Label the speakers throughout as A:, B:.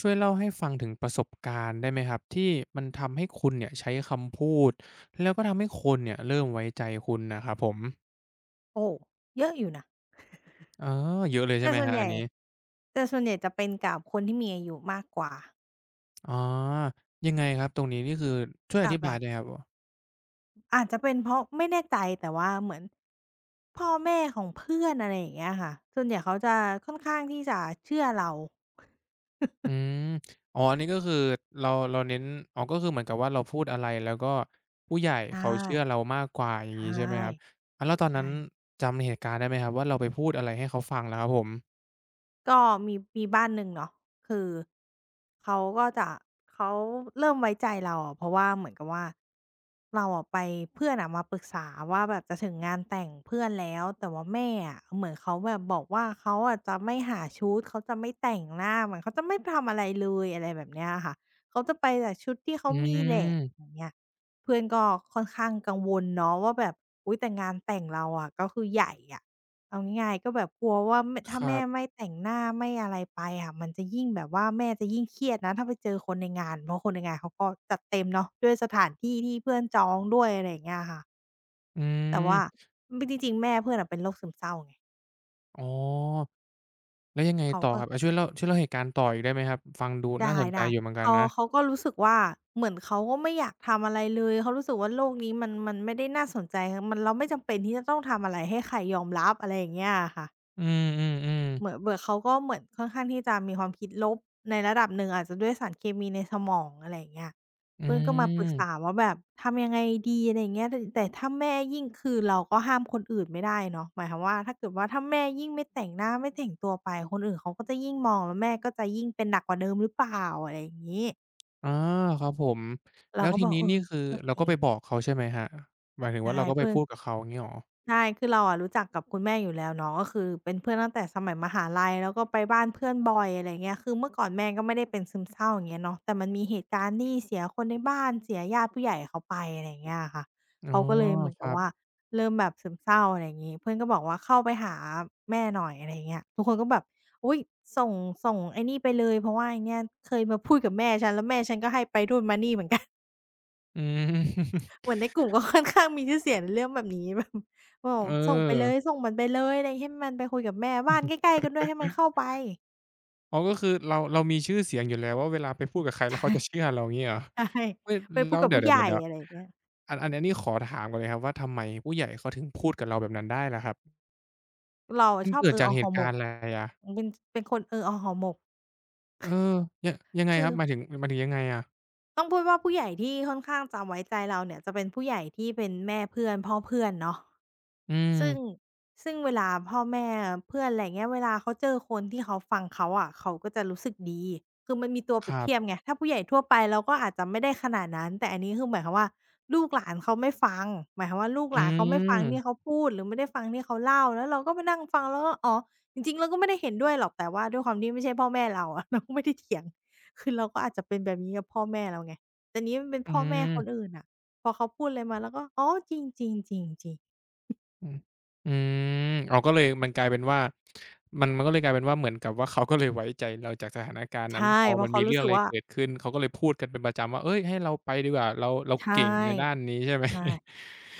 A: ช่วยเล่าให้ฟังถึงประสบการณ์ได้ไหมครับที่มันทำให้คุณเนี่ยใช้คำพูดแล้วก็ทำให้คนเนี่ยเริ่มไว้ใจคุณนะครับผม
B: โอ้เยอะอยู่นะ
A: อ๋อเยอะเลยใช่
B: แต่
A: ไหม
B: ส่
A: ค
B: วน
A: รับ
B: ให
A: อัน
B: ญ่
A: นี้
B: แต่ส่วนใหญ่จะเป็นกับคนที่มีอายุมากกว่า
A: อ๋อยังไงครับตรงนี้นี่คือช่วยอ
B: กับ
A: ธิ
B: แบ
A: บาย
B: บ
A: ได้ครับผม
B: อาจจะเป็นเพราะไม่แน่ใจแต่ว่าเหมือนพ่อแม่ของเพื่อนอะไรอย่างเงี้ยค่ะส่วนใหญ่เขาจะค่อนข้างที่จะเชื่อเรา
A: อืม อ๋ออันนี้ก็คือเราเน้นอ๋อก็คือเหมือนกับว่าเราพูดอะไรแล้วก็ผู้ใหญ่
B: ใช่
A: เขาเชื่อเรามากกว่าอย่าง
B: ใช่
A: นี้ใช่ไหมครับอะแล้วตอน
B: ใช่
A: นั้นจำเหตุการณ์ได้ไหมครับว่าเราไปพูดอะไรให้เขาฟังแล้วครับผม
B: ก็มีบ้านหนึ่งเนาะคือเขาก็จะเขาเริ่มไว้ใจเราอะเพราะว่าเหมือนกับว่าเราอะไปเพื่อนอะมาปรึกษาว่าแบบจะถึงงานแต่งเพื่อนแล้วแต่ว่าแม่อะเหมือนเขาแบบบอกว่าเขาอะจะไม่หาชุดเขาจะไม่แต่งหน้าเหมือนเขาจะไม่ทำอะไรเลยอะไรแบบเนี้ยอะค่ะเขาจะไปแต่ชุดที่เขา
A: อื
B: มีแหละ
A: ม
B: อย่างเงี้ยเพื่อนก็ค่อนข้างกังวลเนาะว่าแบบอุ๊ยแต่งานแต่งเราอะก็คือใหญ่อะ เอาง่ายๆก็แบบกลัวว่าไม
A: ค
B: ถ้า
A: รั
B: แม่ไม่
A: บ
B: แต่งหน้าไม่อะไรไปอะมันจะยิ่งแบบว่าแม่จะยิ่งเครียดนะถ้าไปเจอคนในงานเพราะคนในงานเขาก็จัดเต็มเนาะด้วยสถานที่ที่เพื่อนจองด้วยอะไรอย่างเงี้ยค่ะ
A: อื
B: แต่ว่า
A: ม
B: จริงๆแม่เพื่อนอะเป็นโรคซึมเศร้าไง
A: อ๋อ แล้วยังไง
B: เขา
A: ต่อ
B: ก็
A: ครับอาช่วยเล่าเหตุการณ์ต่ออีกได้ไหมครับฟังดูน่า
B: ได้
A: สนใจ
B: ได้
A: อยู่เหมือนกัน
B: เขา
A: นะ
B: เขาก็รู้สึกว่าเหมือนเขาก็ไม่อยากทำอะไรเลยเขารู้สึกว่าโลกนี้มันไม่ได้น่าสนใจมันเราไม่จำเป็นที่จะต้องทำอะไรให้ใครยอมรับอะไรอย่างเงี้ยค่ะ
A: อืม
B: เหมือน
A: ๆๆ
B: เบื่อเขาก็เหมือนค่อนข้างที่จะมีความคิดลบในระดับหนึ่งอาจจะด้วยสารเคมีในสมองอะไรอย่างเงี้ย
A: อื
B: เพื่อนก็มาปรึก
A: ม
B: ษาว่าแบบทำยังไงดีอะไรอย่างเงี้ยแต่ถ้าแม่ยิ่งคือเราก็ห้ามคนอื่นไม่ได้เนาะหมายความว่าถ้าเกิดว่าถ้าแม่ยิ่งไม่แต่งหน้าไม่แต่งตัวไปคนอื่นเขาก็จะยิ่งมองแล้วแม่ก็จะยิ่งเป็นหนักกว่าเดิมหรือเปล่าอะไรอย่างงี้
A: อ๋อครับผมแล้
B: เรา
A: ว
B: ก็
A: ที
B: บอก
A: นี้
B: เอ
A: นี่
B: อ
A: คือ
B: ก็
A: เรา
B: จ
A: ก็
B: ริง
A: ไปบอกเขาใช่ไหมครับหมายถึง
B: ใช่
A: ว่าเราก็ไป
B: เพื่อน
A: พูดกับเขาอย่างงี้เหรอ
B: ใช่คือเราอะรู้จักกับคุณแม่อยู่แล้วเนาะก็คือเป็นเพื่อนตั้งแต่สมัยมหาลัยแล้วก็ไปบ้านเพื่อนบ่อยอะไรเงี้ยคือเมื่อก่อนแม่ก็ไม่ได้เป็นซึมเศร้าอย่างเงี้ยเนาะแต่มันมีเหตุการณ์ที่เสียคนในบ้าน เสียญาติผู้ใหญ่เขาไปอะไรอย่างเงี้ยค่ะ
A: อ๋อ
B: เขาก็เลยเหมือน
A: ค
B: กั
A: รั
B: บว่า
A: บ
B: เริ่มแบบซึมเศร้าอะไรอย่างงี้เพื่อนก็บอกว่าเข้าไปหาแม่หน่อยอะไรอย่างเงี้ยทุกคนก็แบบอุ๊ยส่งส่งไอ้นี่ไปเลยเพราะว่าไอ้เนี่ยเคยมาพูดกับแม่ฉันแล้วแม่ฉันก็ให้ไปนู่นมานี่เหมือนกัน
A: อืม
B: เหมือนในกลุ่มก็ค่อนข้างมีชื่อเสียงในเรื่องแบบนี้แบบ โอ้
A: เออ
B: ส่งไปเลยส่งมันไปเลยอะไรให้มันไปคุยกับแม่บ้านใกล้ๆกันด้วยให้มันเข้าไป
A: อ๋อก็คือเรามีชื่อเสียงอยู่แล้วว่าเวลาไปพูดกับใครแล้
B: ใช่
A: วเขาจะเชื่อเราอย่างงี้เหรอ
B: ใช่
A: เฮ้ย
B: ไปพู
A: แล้
B: ด
A: ว
B: กับ
A: เดี๋ย
B: ผู้ใหญ่
A: ว
B: อะไรอ
A: ๆๆ
B: ย่างเงี้ย
A: ๆอันนี้ขอถามก่อนเลยครับว่าทำไมผู้ใหญ่เขาถึงพูดกับเราแบบนั้นได้ล่ะครับ
B: เรา
A: มั
B: อะ
A: น
B: ชอบ
A: เกิดจาก
B: เอา
A: เห
B: ห่อ
A: ตุ
B: หม
A: การ
B: ก
A: ณ์อะไรอะ
B: เป็นเป็นคนเอาห่อหมก
A: เออยยังไง
B: คื
A: ครั
B: อ
A: บหมายถึงยังไงอะ
B: ต้องพูดว่าผู้ใหญ่ที่ค่อนข้างจะไว้ใจเราเนี่ยจะเป็นผู้ใหญ่ที่เป็นแม่เพื่อนพ่อเพื่อนเนาะ
A: อื
B: ซึ่ง
A: ม
B: ซึ่งเวลาพ่อแม่เพื่อนอะไรงเงี้ยเวลาเขาเจอคนที่เขาฟังเขาอะเขาก็จะรู้สึกดีคือมันมีตัวเป
A: ค
B: รียบ
A: รับ
B: เทียบไงถ้าผู้ใหญ่ทั่วไปเราก็อาจจะไม่ได้ขนาดนั้นแต่อันนี้คือหมายความว่าลูกหลานเขาไม่ฟังหมายความว่าลูก
A: อื
B: หลานเขาไม่ฟังที่เขา
A: ม
B: พูดหรือไม่ได้ฟังที่เขาเล่าแล้วเราก็มานั่งฟังแล้วก็อ๋อจริงๆเราก็ไม่ได้เห็นด้วยหรอกแต่ว่าด้วยความที่ไม่ใช่พ่อแม่เราอะ เราก็ไม่ได้เถียงคือเราก็อาจจะเป็นแบบนี้กับพ่อแม่เราไงแต่นี้มันเป็น
A: อื
B: พ่อแม่คน
A: ม
B: อื่นน่ะพอเขาพูดอะไรมาเราก็อ๋อจริงๆๆๆ
A: อืมอืมอ๋อก็เลยมันกลายเป็นว่ามันก็เลยกลายเป็นว่าเหมือนกับว่าเขาก็เลยไว้ใจเราจากสถานการณ์นั้น
B: ใช่
A: พอ
B: เพ
A: มั
B: ราะ
A: น
B: เขา
A: มีเรื่
B: รู้
A: อง
B: สึ
A: อะ
B: ก
A: ไร
B: ว่า
A: เกิดขึ้นเขาก็เลยพูดกันเป็นประจำว่าเฮ้ยให้เราไปดีกว่าเรา
B: ใช่
A: เก่งในด้านนี้ใช่ไหม
B: ใช่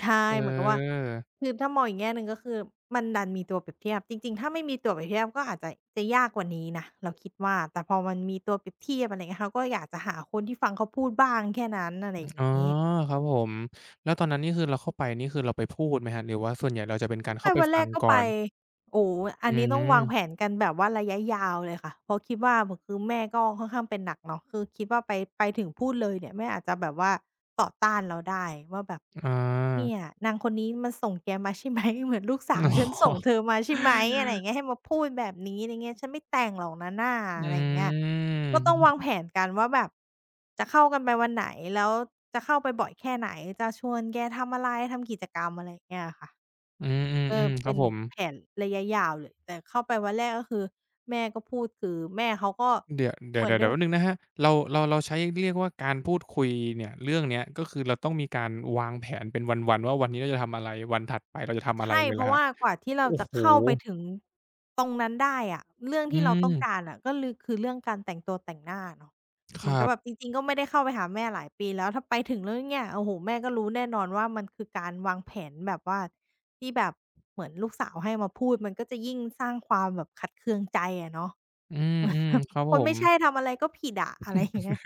B: ใช่
A: เออ
B: เหมือนกับว่าคือถ้ามองอีกแง่หนึ่งก็คือมันดันมีตัวเปรียบเทียบจริงๆถ้าไม่มีตัวเปรียบเทียบก็อาจจะจะยากกว่านี้นะเราคิดว่าแต่พอมันมีตัวเปรียบเทียบอะไรเงี้ยเขาก็อยากจะหาคนที่ฟังเขาพูดบ้างแค่นั้นอะไรอย่าง
A: อ๋อ
B: งี้
A: ครับผมแล้วตอนนั้นนี่คือเราเข้าไปนี่คือเราไปพูดไหมครับหรือว่าส่วนใหญ่เราจะเป็น
B: ต้
A: กา
B: อ
A: ร
B: งไป
A: เข้าไป
B: วันแร
A: ฟัง
B: กก็
A: ก่อ
B: ไป
A: น
B: โอ้โฮอั
A: อื
B: นนี้ต้องวางแผ
A: ม
B: นกันแบบว่าระยะยาวเลยค่ะเพราะคิดว่าแบบคือแม่ก็ค่อนข้างเป็นหนักเนาะคือคิดว่าไปไปถึงพูดเลยเนี่ยแม่อาจจะแบบว่าต่อต้านเราได้ว่าแบบ
A: อา
B: เนี่ยนางคนนี้มันส่งแกมาใช่ไหม เหมือนลูกสา ว
A: อ๋อ
B: ฉันส่งเธอมาใช่
A: อื
B: ไหมอะไร
A: ม
B: อย่างเงี้ยให้มาพูดแบบนี้อะไรเงี้ยฉันไม่แต่งหรอกนะน่า
A: อื
B: อะไรอย่างเงี้ยก็ต้องวาง
A: ม
B: แผนกันว่าแบบจะเข้ากันไปวันไหนแล้วจะเข้าไปบ่อยแค่ไหนจะชวนแกทำอะไรทำกิจกรรมอะไรอย่างเงี้ยค่ะ
A: อืม
B: เอ
A: อื
B: อ
A: มครั
B: เป็
A: บ
B: น
A: ผม
B: แผนระยะยาวเลยแต่เข้าไปวันแรกก็คือแม่ก็พูดคือแม่เขาก็
A: เดี๋ยวเดี๋ย
B: เห
A: ว
B: มือน
A: เดี๋ยว
B: ด้
A: เดี๋ย
B: ว
A: ว
B: ย
A: แป๊บหนึ่งนะครับเราใช้เรียกว่าการพูดคุยเนี่ยเรื่องเนี้ยก็คือเราต้องมีการวางแผนเป็นวันๆว่าวันนี้เราจะทำอะไร วันถัดไปเราจะทำอะไร
B: ใช่
A: เลยเห
B: เพ
A: รอ
B: ราะ
A: ครับ
B: ว่ากว่าที่เรา
A: โอ้
B: จะ
A: โฮ
B: เข้าไปถึงตรงนั้นได้อะเรื่อง
A: อื
B: ที่เราต้องการ
A: ม
B: อะก็ลือคือเรื่องการแต่งตัวแต่งหน้าเนาะ
A: ค
B: เหมือน
A: รั
B: กับแบบ
A: บ
B: จริงๆก็ไม่ได้เข้าไปหาแม่หลายปีแล้วถ้าไปถึงแล้วเนี่ยโอ้โฮแม่ก็รู้แน่นอนว่ามันคือการวางแผนแบบว่าที่แบบเหมือนลูกสาวให้มาพูดมันก็จะยิ่งสร้างความแบบขัดเคืองใจอะเนาะ
A: อืมๆครับ
B: ค
A: ผ
B: น
A: ม
B: ไม่ใช่ทำอะไรก็ผิดอะอะไรอย่างเงี้ย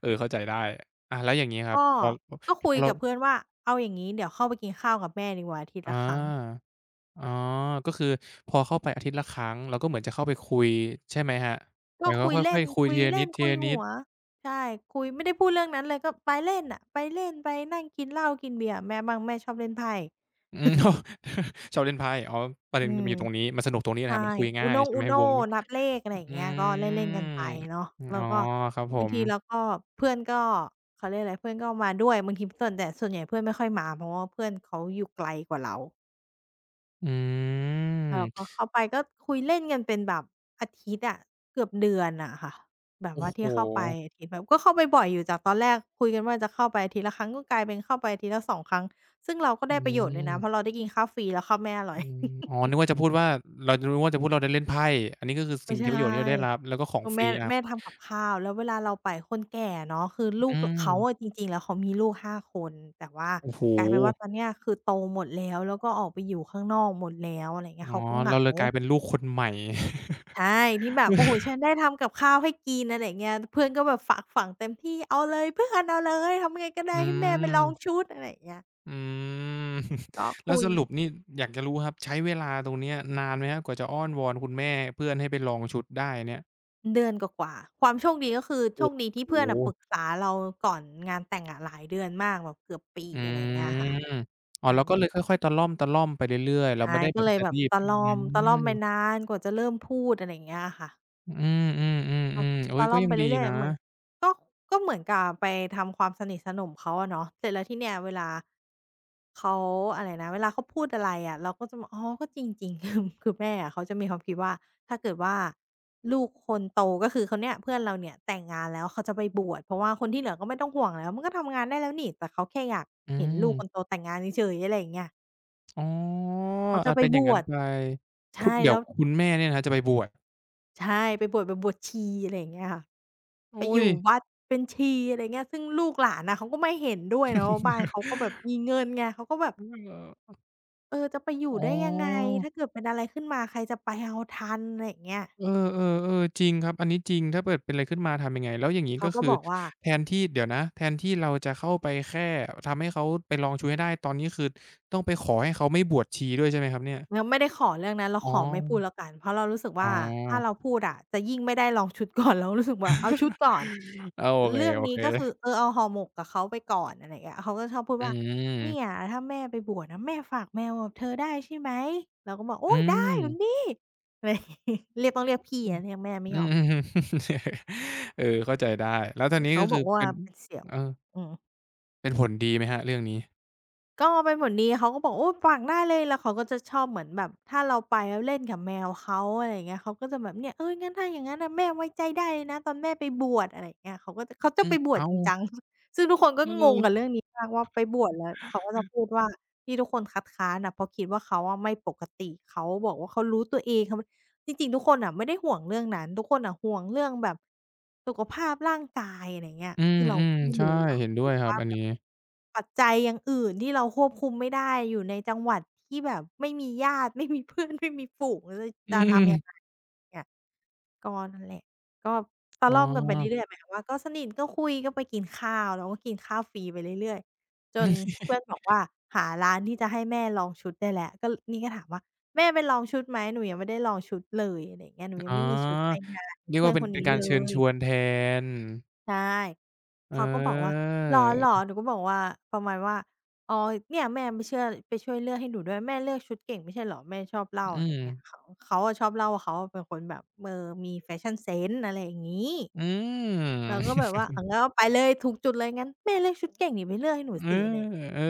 A: เออเข้าใจได้อาแล้วอย่างงี้ครับ
B: ก็ก็คุ
A: พอ
B: ย
A: เรา
B: กับเพื่อนว่าเอาอย่างงี้เดี๋ยวเข้าไปกินข้าวกับแม่ดีกว่าอาทิต
A: อ
B: ย์ละครั้ง
A: าอ๋อก็คือพอเข้าไปอาทิตย์ละครั้งเราก็เหมือนจะเข้าไปคุยใช่ไหมครับเหมื
B: ก็
A: อนเขา
B: คุย
A: ค่
B: เล่
A: อย
B: น
A: ๆคุย
B: คุ
A: ที
B: ย
A: ละ
B: เล่นคุย
A: นิด
B: หั
A: ๆ
B: วใช่คุยไม่ได้พูดเรื่องนั้นเลยก็ไปเล่นน่ะไปเล่นไปนั่งกินเหล้ากินเบียร์กับแม่บ้างแม่ชอบเล่นไพ่
A: อืม โอ้ชอบเล่นไพ่อ๋อประ
B: อื
A: เด็นมั
B: ม
A: นอยู่ตรงนี้มันสนุกตรงนี้แหละ
B: ใช่
A: ครับมันคุย
B: อู
A: ง่าย
B: น่ง
A: ใช่
B: อู
A: ไหม
B: โน่
A: วงนี้
B: นับเลขอะไรอย่า
A: อื
B: งเงี้ยก็เล่นๆกัน
A: ม
B: ไปเนาะแล้
A: อ๋
B: ว
A: อ
B: ก็
A: ครับผ
B: บาง
A: ม
B: ทีเราก็เพื่อนก็เขาเรียกอะไรเพื่อนก็มาด้วยบางทีส่วนแต่ส่วนใหญ่เพื่อนไม่ค่อยมาเพราะว่าเพื่อนเขาอยู่ไกลกว่าเรา
A: อื
B: แล้วเราก็
A: ม
B: เข้าไปก็คุยเล่นกันเป็นแบบอาทิตย์อะเกือบเดือนอะค่ะแบบ
A: โอ้
B: ว่า
A: โฮ
B: ที่เข้าไปอาทิตย์แบบก็เข้าไปบ่อยอยู่จากตอนแรกคุยกันว่าจะเข้าไปอาทิตย์ละครั้งก็กลายเป็นเข้าไปอาทิตย์ละสองครั้งซึ่งเราก็
A: อื
B: ได้ประโยชน์ด้วยนะเพราะเรา
A: ม
B: ได้กินข้าวฟรีแล้วข้าวแม่อร่อ
A: อื
B: ย
A: ม อ๋อนึกว่าจะพูดว่าเราจะนึกว่าจะพูดเราได้เล่นไพ่อันนี้ก็คือ
B: ไม่
A: สิ่งที่
B: ใช่
A: ประโยชน์ที่เราได้รับ แล้วก็ของ
B: ก็
A: ฟรี
B: แม่
A: อา
B: แม่ทำกับข้าวแล้วเวลาเราไปคนแก่เนาะคือลู
A: อื
B: กล
A: ม
B: เขาอะจริงๆแล้วเขามีลูก5 คนแต่ว่า
A: โอ้โฮ
B: กลายเป็นว่าตอนเนี้ยคือโตหมดแล้วแล้วก็ออกไปอยู่ข้างนอกหมดแล้วอะไรอย่างเงี้ย
A: อ๋อ
B: เขาก็เห
A: เรา
B: งา
A: เลยกลายเป็นลูกคนใหม่
B: ใช่ที่แบบโอ้โฮฉันได้ทำกับข้าวให้กินอะไรอย่างเงี้ยเพื่อนก็แบบฝากฝังเต็มที่เอาเลยเพื่อนเอาเลยทำยังไงก็ได้
A: อื
B: ให้แม่ไป
A: ม
B: ลองชุดอะไรอย่างเงี้ย
A: อืม
B: ก็
A: แล้ว
B: คุ
A: ส
B: ย
A: รุปนี่อยากจะรู้ครับใช้เวลาตรงเนี้ยนานไหมครับกว่าจะอ้อนวอนคุณแม่เพื่อนให้ไปลองชุดได้เนี่ย
B: เดือนกว่าๆความโชคดีก็คือโช
A: โอ้
B: คดีที่
A: โห
B: เพื่อนน่ะปรึกษาเราก่อนงานแต่งอะหลายเดือนมากแบบเกือบปี
A: อื
B: อะไรอย่างเงี้ยค่ะ
A: มอ๋อ
B: อื
A: เรา
B: ม
A: ก็เลยค่อยๆตะล่อมไปเรื่อยๆเราไม่
B: ใช่
A: ได้แบ
B: ก็
A: บ
B: เลย
A: จะ
B: แบบ
A: รีบ
B: ตะ
A: อื
B: ล่อมตะล่อมไป
A: ม
B: นานกว่าจะเริ่มพูดอะไรอย่างเงี้ยค่ะ
A: อืมอืม
B: อ๋อา
A: เฮ้ย
B: ตะ
A: ก็
B: ล่อม
A: ยัง
B: ไป
A: ดี
B: เรื่อย
A: นะ
B: ๆเหมือนก็ก็เหมือนกับไปทำความสนิทสนมเขาอะเนาะเสร็จแล้วทีเนี้ยเวลาเขาอะไรนะเวลาเขาพูดอะไรอะเราก็จะบอกอ๋อก็จริงๆคือ คือแม่อะเขาจะมีความคิดว่าถ้าเกิดว่าลูกคนโตก็คือคนเนี้ยเพื่อนเราเนี่ยแต่งงานแล้วเขาจะไปบวชเพราะว่าคนที่เหลือก็ไม่ต้องห่วงแล้วมันก็ทำงานได้แล้วนี่แต่เขาแค่อยาก
A: อื
B: เห็นลู
A: ม
B: กคนโตแต่งงานเฉยๆอะไรอย่างเงี้ย
A: อ๋อ
B: เขาจะ
A: อา
B: ไป
A: เป็นอ
B: บ
A: ย่าง
B: ว
A: นั้น
B: ช
A: ไปคุณ
B: ใช่
A: เดี๋ยว
B: แล้ว
A: คุณแม่เนี่ยนะจะไปบวช
B: ใช่ไปบวชแบบบวชชีอะไรอย่างเงี้ยค่ะ ไป
A: อุ้
B: อ
A: ย
B: ยู่วัดเป็นชีอะไรเงี้ยซึ่งลูกหลานน่ะเขาก็ไม่เห็นด้วยเนาะบ้านเขาก็แบบมีเงินไงเขาก็แบบ
A: เออ
B: เออจะไปอยู่
A: อ๋อ
B: ได้ยังไงถ้าเกิดเป็นอะไรขึ้นมาใครจะไปเอาทันอะไรอย่างเงี้ย
A: เออเออเออจริงครับอันนี้จริงถ้าเกิดเป็นอะไรขึ้นมาทำยังไงแล้วอย่างงี้
B: เขา
A: ก็
B: ก็
A: คือ
B: บอกว่า
A: แทนที่เดี๋ยวนะแทนที่เราจะเข้าไปแค่ทำให้เขาไปลองชูให้ได้ตอนนี้คือต้องไปขอให้เขาไม่บวชชีด้วยใช่ไหมครับเนี่ย
B: เราไม่ได้ขอเรื่องนั้นเรา
A: อ๋อ
B: ขอไม่พูดแล้วกันเพราะเรารู้สึก
A: อ๋
B: ว่าถ้าเรา
A: อ
B: พูดอะจะยิ่งไม่ได้ลองชุดก่อนเรารู้สึกว่าเอาชุดก่อน
A: อาโ
B: เรื่อง
A: อ
B: นี้
A: เค
B: ก็คือเออเอาห่อหมกกับเขาไปก่อนอะไรอย่างเงี้ยเขาก็ชอบพูด
A: ๆอื
B: ว่า
A: ม
B: เนี่ยถ้าแม่ไปบวชอะแม่ฝากแมวกับเธอได้ใช่ไหมเราก็บอก
A: อื
B: โอ๊ยได้คุณ
A: ม
B: พี่อะไร เรียกต้องเรียกพี่
A: อืม
B: อะเรียกแม่ไม่
A: อื
B: ยอม
A: ม เออเข้าใจได้แล้วต
B: อื
A: อน
B: ม
A: นี้
B: เขา
A: ก็
B: บ
A: คือ
B: อกว่า
A: เป็น
B: เป็นเสี่ยว
A: เออ
B: อืม
A: เป็นผลดีไหมครับเรื่องนี้
B: ก็เป็นผลดีเขาก็บอกโอ้ฝากได้เลยแล้วเขาก็จะชอบเหมือนแบบถ้าเราไปแล้วเล่นกับแมวเขาอะไรอย่างเงี้ยเขาก็จะแบบเนี่ยเฮ้ยงั้นถ้าอย่างงั้นน่ะแม่ไว้ใจได้เลยนะตอนแม่ไปบวชอะไรอย่างเงี้ยเขาจะ
A: อื
B: ไป
A: ม
B: บวช
A: อ้า
B: จ
A: ว
B: ริงจัง ซึ่งทุกคนก็
A: เ
B: งงกับ
A: ออ
B: เรื่องนี้มากว่าไปบวชแล้วเขาก็จะพูดว่าที่ทุกคนคัดค้านน่ะเพราะคิดว่าเขาอะไม่ปกติเขาบอกว่าเขารู้ตัวเองเขาไม่จริงๆทุกคนน่ะไม่ได้ห่วงเรื่องนั้นทุกคนน่ะห่วงเรื่องแบบสุขภาพร่างกายอะไรอย่างเงี้ย
A: อื
B: คือเราก็
A: ม
B: ไม่
A: ๆใช่
B: รู้
A: เห็นด้วยครับอันนี้
B: ปัจจัยอย่างอื่นที่เราควบคุมไม่ได้อยู่ในจังหวัดที่แบบไม่มีญาติ ไม่มีเพื่อน ไม่มีฝูงแล้ว
A: อื
B: จะทำยังไง
A: ม
B: เนี่ยก็นั่นแหละก็ตะ
A: อ๋อ
B: ล่อมกันไปเรื่อยๆหมายความว่าก็สนิทก็คุยก็ไปกินข้าวเราก็กินข้าวฟรีไปเรื่อยๆจน
A: อ
B: เพื่อนบอกว่าหาร้านที่จะให้แม่ลองชุดได้แล้วก็นี่ก็ถามว่าแม่ไปลองชุดไหมหนูยังไม่ได้ลองชุดเลยอะไรอย่างเงี้ยหนู
A: ืม
B: ยั
A: อ๋
B: ง
A: อ
B: ไม่มีชุดไปงาน
A: เรียก
B: เพื่อ
A: ว่า
B: น
A: เป็
B: ค
A: น
B: น
A: เป็
B: นี้
A: นกา
B: เล
A: รเชิญ
B: ย
A: ชวนแทน
B: ใช่
A: เ
B: เขาก็บอกว่า
A: ออ
B: เหรอเหรอหนูก็บอกว่าประมาณว่าอ๋อเนี่ยแม่ไปเชื่อไปช่วยเลือกให้หนูด้วยแม่เลือกชุดเก่งไม่ใช่เหรอแม่ชอบเล่า
A: อื
B: อะไรอย่า
A: ม
B: งเงี้ยเขาอะชอบเล่าว่าเขาอะเป็นคนแบบเออมีแฟชั่นเซนส์อะไรอย่างงี้
A: อืม
B: เราก็ แบบว่าอางั้นเอาไปเลยถูกจุดเลยงั้นแม่เลือกชุดเก่งนี่ไปเลือกให้หนู
A: เออ
B: สิอะไรอย่างเงี้ย
A: เออ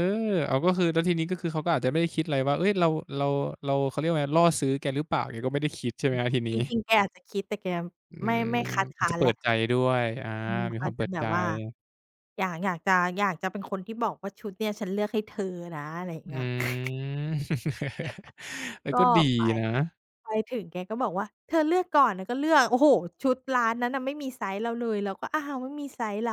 A: อ้าวก็คือแล้วทีนี้ก็คือเขาก็อาจจะไม่ได้คิดอะไรว่าเฮ้ยเราเราเขาเรียกว่าไงล่อซื้อแกหรือเปล่าอย่างงี้ก็ไม่ได้คิดใช่ไหมครับทีนี้
B: จริงๆแกอาจจะคิดแต่แก
A: อื
B: ไม่
A: ม
B: ไม่คัด
A: อาจ
B: ค้า
A: จะ
B: น
A: เปิ
B: แล้
A: ด
B: ว
A: ใจด้วยอา
B: อืม
A: มีค
B: อา
A: วา
B: จ
A: มเปิ
B: จะ
A: ด
B: แบ
A: ใจ
B: บว่าอยากจะอยากจะเป็นคนที่บอกว่าชุดเนี่ยฉันเลือกให้เธอนะอะไรอย่างเงี้
A: อื
B: ย
A: ม เออ
B: ก็
A: ก็ดี
B: ไป
A: นะ
B: ไปถึงแกก็บอกว่าเธอเลือกก่อนเราก็เลือกโอ้โฮชุดร้านนั้นน่ะไม่มีไซซ์เราเลยเราก็อ้าวไม่มีไซซ์เรา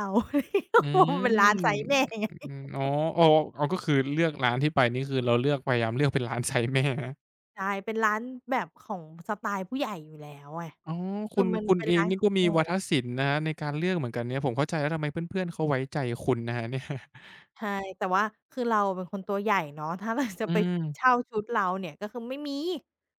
A: อื
B: เพราะมันเป็นร้านไซ
A: ม
B: ซ์แม่ไง
A: อืมอ๋ออ๋ออ๋อก็คือเลือกร้านที่ไปนี่คือเราเลือกพยายามเลือกเป็นร้านไซส์แม่นะ
B: ใช่เป็นร้านแบบของสไตล์ผู้ใหญ่อยู่แล้วไง
A: อ๋อ
B: คื
A: คุ
B: อ
A: ณ
B: มัน
A: คุณ
B: เป็น
A: เอง
B: ร้าน
A: นี่
B: ขอ
A: ก็
B: ง
A: มี
B: แม่
A: วาทศิลป์นะครับในการเลือกเหมือนกันเนี่ยผมเข้าใจแล้วทำไมเพื่อนๆเขาไว้ใจคุณนะครับเนี่ย
B: ใช่แต่ว่าคือเราเป็นคนตัวใหญ่เนาะ ถ้าเราจะ
A: อื
B: ไป
A: ม
B: เช่าชุดเราเนี่ยก็คือไม่มี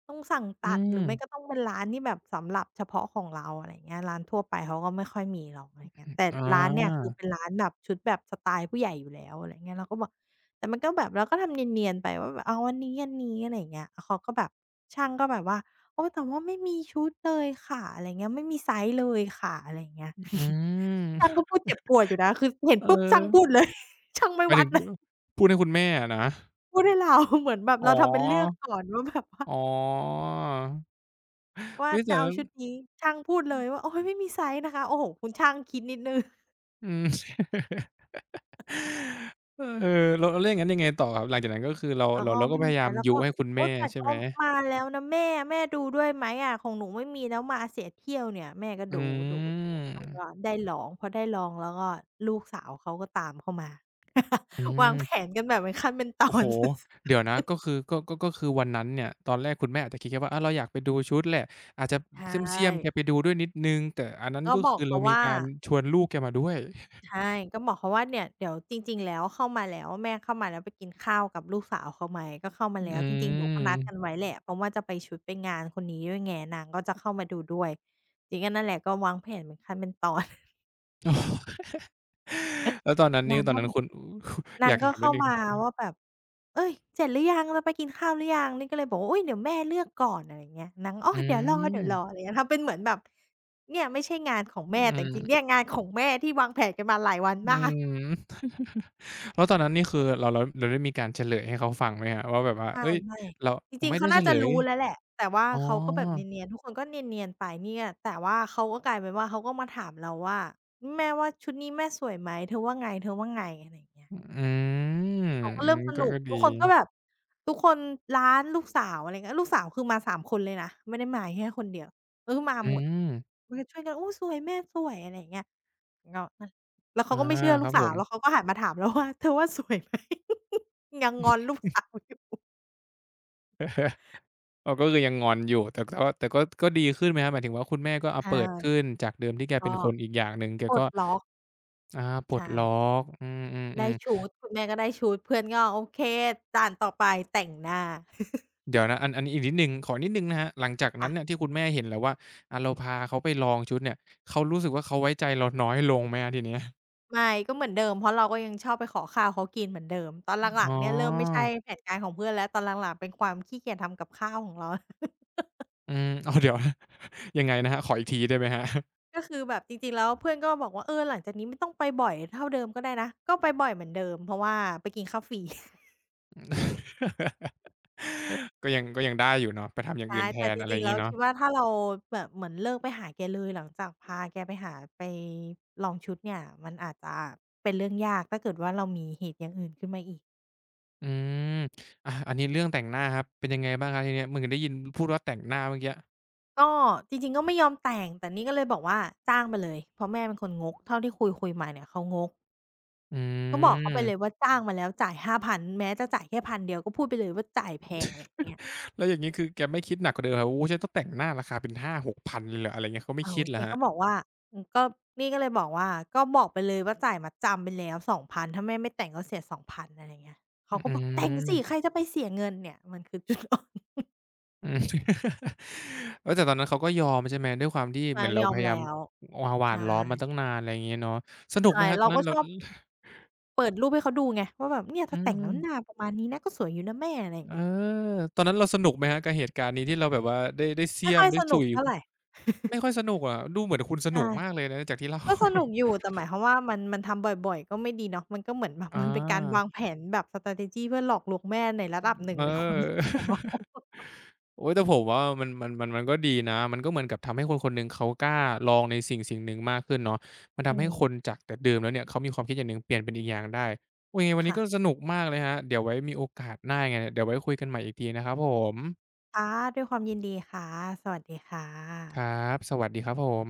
B: ต้องสั่ง
A: อื
B: ตัดห
A: ม
B: รือไม่ก็ต้องเป็นร้านที่แบบสำหรับเฉพาะของเราอะไรอย่างเงี้ยร้านทั่วไปเขาก็ไม่ค่อยมีหรอกอะไรอย่างเงี้ยแต่
A: อ๋
B: ร้านเนี่ย
A: อ
B: คือเป็นร้านแบบชุดแบบสไตล์ผู้ใหญ่อยู่แล้วอะไรอย่างเงี้ยเราก็บอกแต่มันก็แบบเราก็ทำเนียนๆไปว่าแบบเอาอันนี้อันนี้อะไรอย่างเงี้ยเขาก็แบบช่างก็แบบว่าโอ๊ยแต่ว่าไม่มีชุดเลยค่ะอะไรอย่างเงี้ยไม่มีไซซ์เลยค่ะอะไรอย่างเงี้ย
A: อื
B: ช่าง
A: ม
B: ก็พูดเจ็บปวดอยู่นะคือเห็น
A: เอ
B: ปุ๊บช่างพูด
A: อ
B: เลย ช่าง
A: ห
B: ไม่
A: มาย
B: วั
A: ถึ
B: ด
A: ง
B: เลย
A: พูดให้คุณแม่อะนะ
B: พูดให้เรา เหมือนแบบ
A: อ๋
B: เราทำเป็นเลือก
A: อ
B: ก่อนว่าแบบว่า
A: อ๋อ
B: ว่า
A: อุ๊ย
B: จะ
A: แต่
B: เอาชุดนี้ช่างพูดเลยว่าโอ๊ยไม่มีไซซ์นะคะโอ้โฮคุณช่างคิดนิดหนึ่ง
A: อืม เออแล้วแล้วอย่างงั้นยังไงต่อครับหลังจากนั้นก็คือเรา
B: แล้ว
A: เรา
B: ก็
A: เราก็
B: ไม่
A: พ
B: มี
A: ยา
B: ไซ
A: ยาม
B: ซ์แล้ว
A: ยุ
B: ก็
A: ให้คุณ
B: โอ๊
A: แม่
B: ยแต่
A: ใช่ไห
B: ก็
A: ม
B: มาแล้วนะแม่ดูด้วยไหมอะของหนูไม่มีแล้วมาเสียเที่ยวเนี่ยแม่ก็
A: อื
B: ดูดูแล้ว
A: ม
B: ก็ได้ลองพอได้ลองแล้วก็ลูกสาวเขาก็ตามเข้ามา
A: อื
B: วาง
A: ม
B: แผนกันแบบเป็นขั้นเป็นตอ
A: โอ้โฮ
B: น
A: เดี๋ยวนะก็คือก็คือวันนั้นเนี่ยตอนแรกคุณแม่อาจจะคิดแค่ว่าอาเราอยากไปดูชุดแหละอาจจะ
B: ใช
A: เสี้ยมๆแกไป
B: ่
A: ดูด้วยนิดหนึ่งแต่อันนั้น
B: ก็
A: ก็
B: บอ
A: คื
B: ก
A: อเรา
B: เขา
A: มี
B: ว่า
A: การชวนลูกแกมาด้วย
B: ใช่ก็บอกเขาว่าเนี่ยเดี๋ยวจริงๆแล้วเข้ามาแล้วแม่เข้ามาแล้วไปกินข้าวกับลูกสาวเขาไหมก็เข้ามาแล้
A: อื
B: ว
A: ม
B: จริงๆหนูก็นัดกันไว้แหละเพราะว่าจะไปชุดไปงานคนนี้ด้วยไงนางก็จะเข้ามาดูด้วยจริงก็นั่นแหละก็วางแผนเป็นขั้นเป็นตอน
A: แล้วตอนนั้น นี่
B: นาง
A: ตอน
B: ก็
A: นั้น
B: แบบ
A: คุณ
B: นา
A: อ
B: ง
A: ยาก
B: ก็
A: ถามนิ
B: เข้า
A: ดหนึ่ง
B: มาว่าแบบเฮ้ยเสร็จหรือยังเราไปกินข้าวหรือยังนี่ก็เลยบอกว่าอุ๊ยเดี๋ยวแม่เลือกก่อนอะไรอย่างเงี้ยนางออ
A: อื
B: เดี๋ยวรอๆอะ
A: ม
B: ไรอย่างเงี้ยทำเป็นเหมือนแบบเนี่ยไม่ใช่งานของ
A: อื
B: แม่แต่จริงๆเนี่
A: ม
B: ยงานของแม่ที่วางแผนกันมาหลายวัน
A: อื
B: มาก
A: ม แล้วตอนนั้นนี่คือเราได้มีการเฉลยให้เขาฟังไหมครับว่าแบบว่า
B: ไม่
A: เฮ้ย
B: ไม่
A: เรา
B: จ
A: อม
B: ริง
A: ไม่
B: ๆ
A: ได้
B: เขา
A: เฉ
B: น่า
A: ล
B: จะ
A: ย
B: รู้แล้วแหละแต่ว่า
A: อ๋อ
B: เขาก็แบบเนียนๆทุกคนก็เนียนๆไปเนี่ยแต่ว่าเขาก็กลายเป็นว่าเขาก็มาถามเราว่าแม่ว่าชุดนี้แม่สวยไหมเธอว่าไงอะไรอย่างเงี้ย
A: อืม
B: เขาก็
A: อื
B: เริ่
A: ม
B: มส
A: ก็
B: นุก
A: ก็ดี
B: ทุกคนก็แบบทุกคนร้านลูกสาวอะไรเงี้ยลูกสาวคือมาสามคนเลยนะไม่ได้มาแค่คนเดียวเออมา
A: อื
B: หมด
A: ม
B: มันก็ช่วยกันอุ๊ยสวยแม่สวยอะไรอย่างเงี้ยแล้วอะแล้วเขา
A: อา
B: ก็ไม่เชื่อ
A: ค
B: ลู
A: รั
B: ก
A: บผ
B: สาว
A: ม
B: แล้วเขาก็หันมาถามเราว่าเธอว่าสวยไหม ยังงอนลูกสาวอยู่
A: เออก็คือยังงอนอยู่แต่แต่ว่าแต่ก็ก็ดีขึ้นไหมครับหมายถึงว่าคุณแม่ก็เอา
B: ใช่
A: เปิดขึ้นจากเดิมที่แก
B: ก็
A: เป็นคนอีกอย่างหนึ่งแก
B: ปล
A: ก็
B: ดล็อก
A: อาปลด
B: ใช่
A: ล็อกอืมอืมอื
B: ได้
A: ม
B: ชุดคุณแม่ก็ได้ชุดเพื่อนก็โอเคด่านต่อไปแต่งหน้า
A: เดี๋ยวนะอันอันนี้อีกนิดหนึ่งขอนิดหนึ่งนะครับหลังจากนั้
B: ค่ะ
A: นเนี่ยที่คุณแม่เห็นแล้วว่าอ่าเราพาเขาไปลองชุดเนี่ยเขารู้สึกว่าเขาไว้ใจเราน้อยลงไหมครับทีเนี้ย
B: ไม่ก็เหมือนเดิมเพราะเราก็ยังชอบไปขอข้าวเขากินเหมือนเดิมตอนหลั
A: อ๋
B: งๆเนี่ยเริ่มไม่
A: อ
B: ใช่แผนการของเพื่อนแล้วตอนหลังๆเป็นความขี้เกียจทำกับข้าวของเรา
A: อืม อ้าวเดี๋ยวยังไงนะครับขออีกทีได้ไหมครับ
B: ก็คือแบบจริงๆแล้วเพื่อนก็บอกว่าเออหลังจากนี้ไม่ต้องไปบ่อยเท่าเดิมก็ได้นะก็ไปบ่อยเหมือนเดิมเพราะว่าไปกินข้าวฟรี
A: ก็ยังก็ยังได้อยู่เนาะไปทำอย่าง
B: ใช่
A: อื่นแท
B: แต่
A: น
B: จ
A: อะไรอ
B: ริง
A: ย่า
B: ๆ
A: ง
B: แล้
A: งี้
B: ว
A: เนาะ
B: คิดว่าถ้าเราแบบเหมือนเลิกไปหาแกเลยหลังจากพาแกไปหาไปลองชุดเนี่ยมันอาจจะเป็นเรื่องยากถ้าเกิดว่าเรามีเหตุอย่างอื่นขึ้นมาอีก
A: อืมอาอันนี้เรื่องแต่งหน้าครับเป็นยังไงบ้างครับทีเนี้ยเหมือนได้ยินพูดว่าแต่งหน้าเมื่อกี้
B: ก็จริงๆก็ไม่ยอมแต่งแต่นี่ก็เลยบอกว่าจ้างมาเลยเพราะแม่เป็นคนงกเท่าที่คุยๆมาเนี่ยเขางก
A: อื
B: ก็บอกเขาไป
A: ม
B: เลยว่าจ้างมาแล้วจ่าย 5,000" แม้จะจ่ายแค่1,000ก็พูดไปเลยว่าจ่ายแพงอะไรอย่างเงี้ย
A: แล้วอย่างงี้คือแกไม่คิดหนักกว่าเดิมเหรอโอ้โฮฉันต้องแต่งหน้าราคาเป็น5,000-6,000เลยเหรออะไรอย่างเงี้ยเขาไม่
B: อ้าว
A: คิดเหร
B: แก
A: อครับ
B: ก็บอกว่าอืมก็นี่ก็เลยบอกว่าก็บอกไปเลยว่าจ่ายมัดจำไปแล้วสองพันถ้าแม่ไม่แต่งก็เสียสองพันอะไรเงี้ย
A: อื
B: เขาก็บอกแต่งสิใคร
A: ม
B: จะไปเสียเงินเนี่ยมันคือจุดอ่อน
A: อืม เฮ้แต่ตอนนั้นเขาก็ยอมใช่ไหมด้วยความที่ เห
B: นา
A: มือน
B: ง
A: เรา
B: ยอ
A: พ
B: ม
A: ยายาม
B: แล้ว
A: วหวาน
B: ใช่
A: ล้อมมาตั้งนานอะไรอย่างเงี้ยเนาะสนุกไหม
B: ใช่
A: ฮะตอ
B: เรา
A: นนั้
B: ก็
A: นเรา
B: ชอบเปิดรูปให้เขาดูไงว่าแบบเนี่ย
A: อื
B: ถ้าแต่งแล้วหนา
A: ม
B: ประมาณนี้นะก็สวยอยู่นะแม่อะไรอย่าง
A: เออ
B: เงี้ย
A: ตอนนั้นเราสนุกไหมฮะกับเหตุการณ์นี้ที่เราแบบว่าได้ได้เสี้
B: ไม่
A: ยม
B: ค่อย
A: ได้
B: ส
A: สุ
B: นุก
A: ย
B: เท่าไร
A: ไม่ค่อยสนุกอะดูเหมือนคุณส
B: ใช่
A: นุกมากเลยนะจากที่เล่า
B: ก็สนุกอยู่แต่หมายความว่ามันทำบ่อยๆก็ไม่ดีเนาะมันก็เหมือนแบบ
A: อ
B: มันเป็นการวาง
A: า
B: แผนแบบ strategy เพื่อหลอกลวงแม่ในระดับหนึ่ง
A: เอ
B: ในความ
A: อ
B: รู้สึกของเรา
A: โอ้ยแต่ผมว่ามันก็ดีนะ มันก็เหมือนกับทำให้คนคนหนึ่งเขากล้าลองในสิ่งสิ่งหนึ่งมากขึ้นเนาะมัน
B: อื
A: ทำให้
B: ม
A: คนจากแต่เดิมแล้วเนี่ยเขามีความคิดอย่างหนึ่งเปลี่ยนเป็นอีกอย่างได้โอ้ยยังไงวันนี้ก็ส
B: ค่ะ
A: นุกมากเลยฮะเดี๋ยวไว้มีโอกาสหน้ายังไงเนี่ยเดี๋ยวไว้คุยกันใหม่อีกทีนะครับผม
B: ค่ะ ด้วยความยินดีค่ะ สวัสดีค่ะ
A: ครับสวัสดีครับผม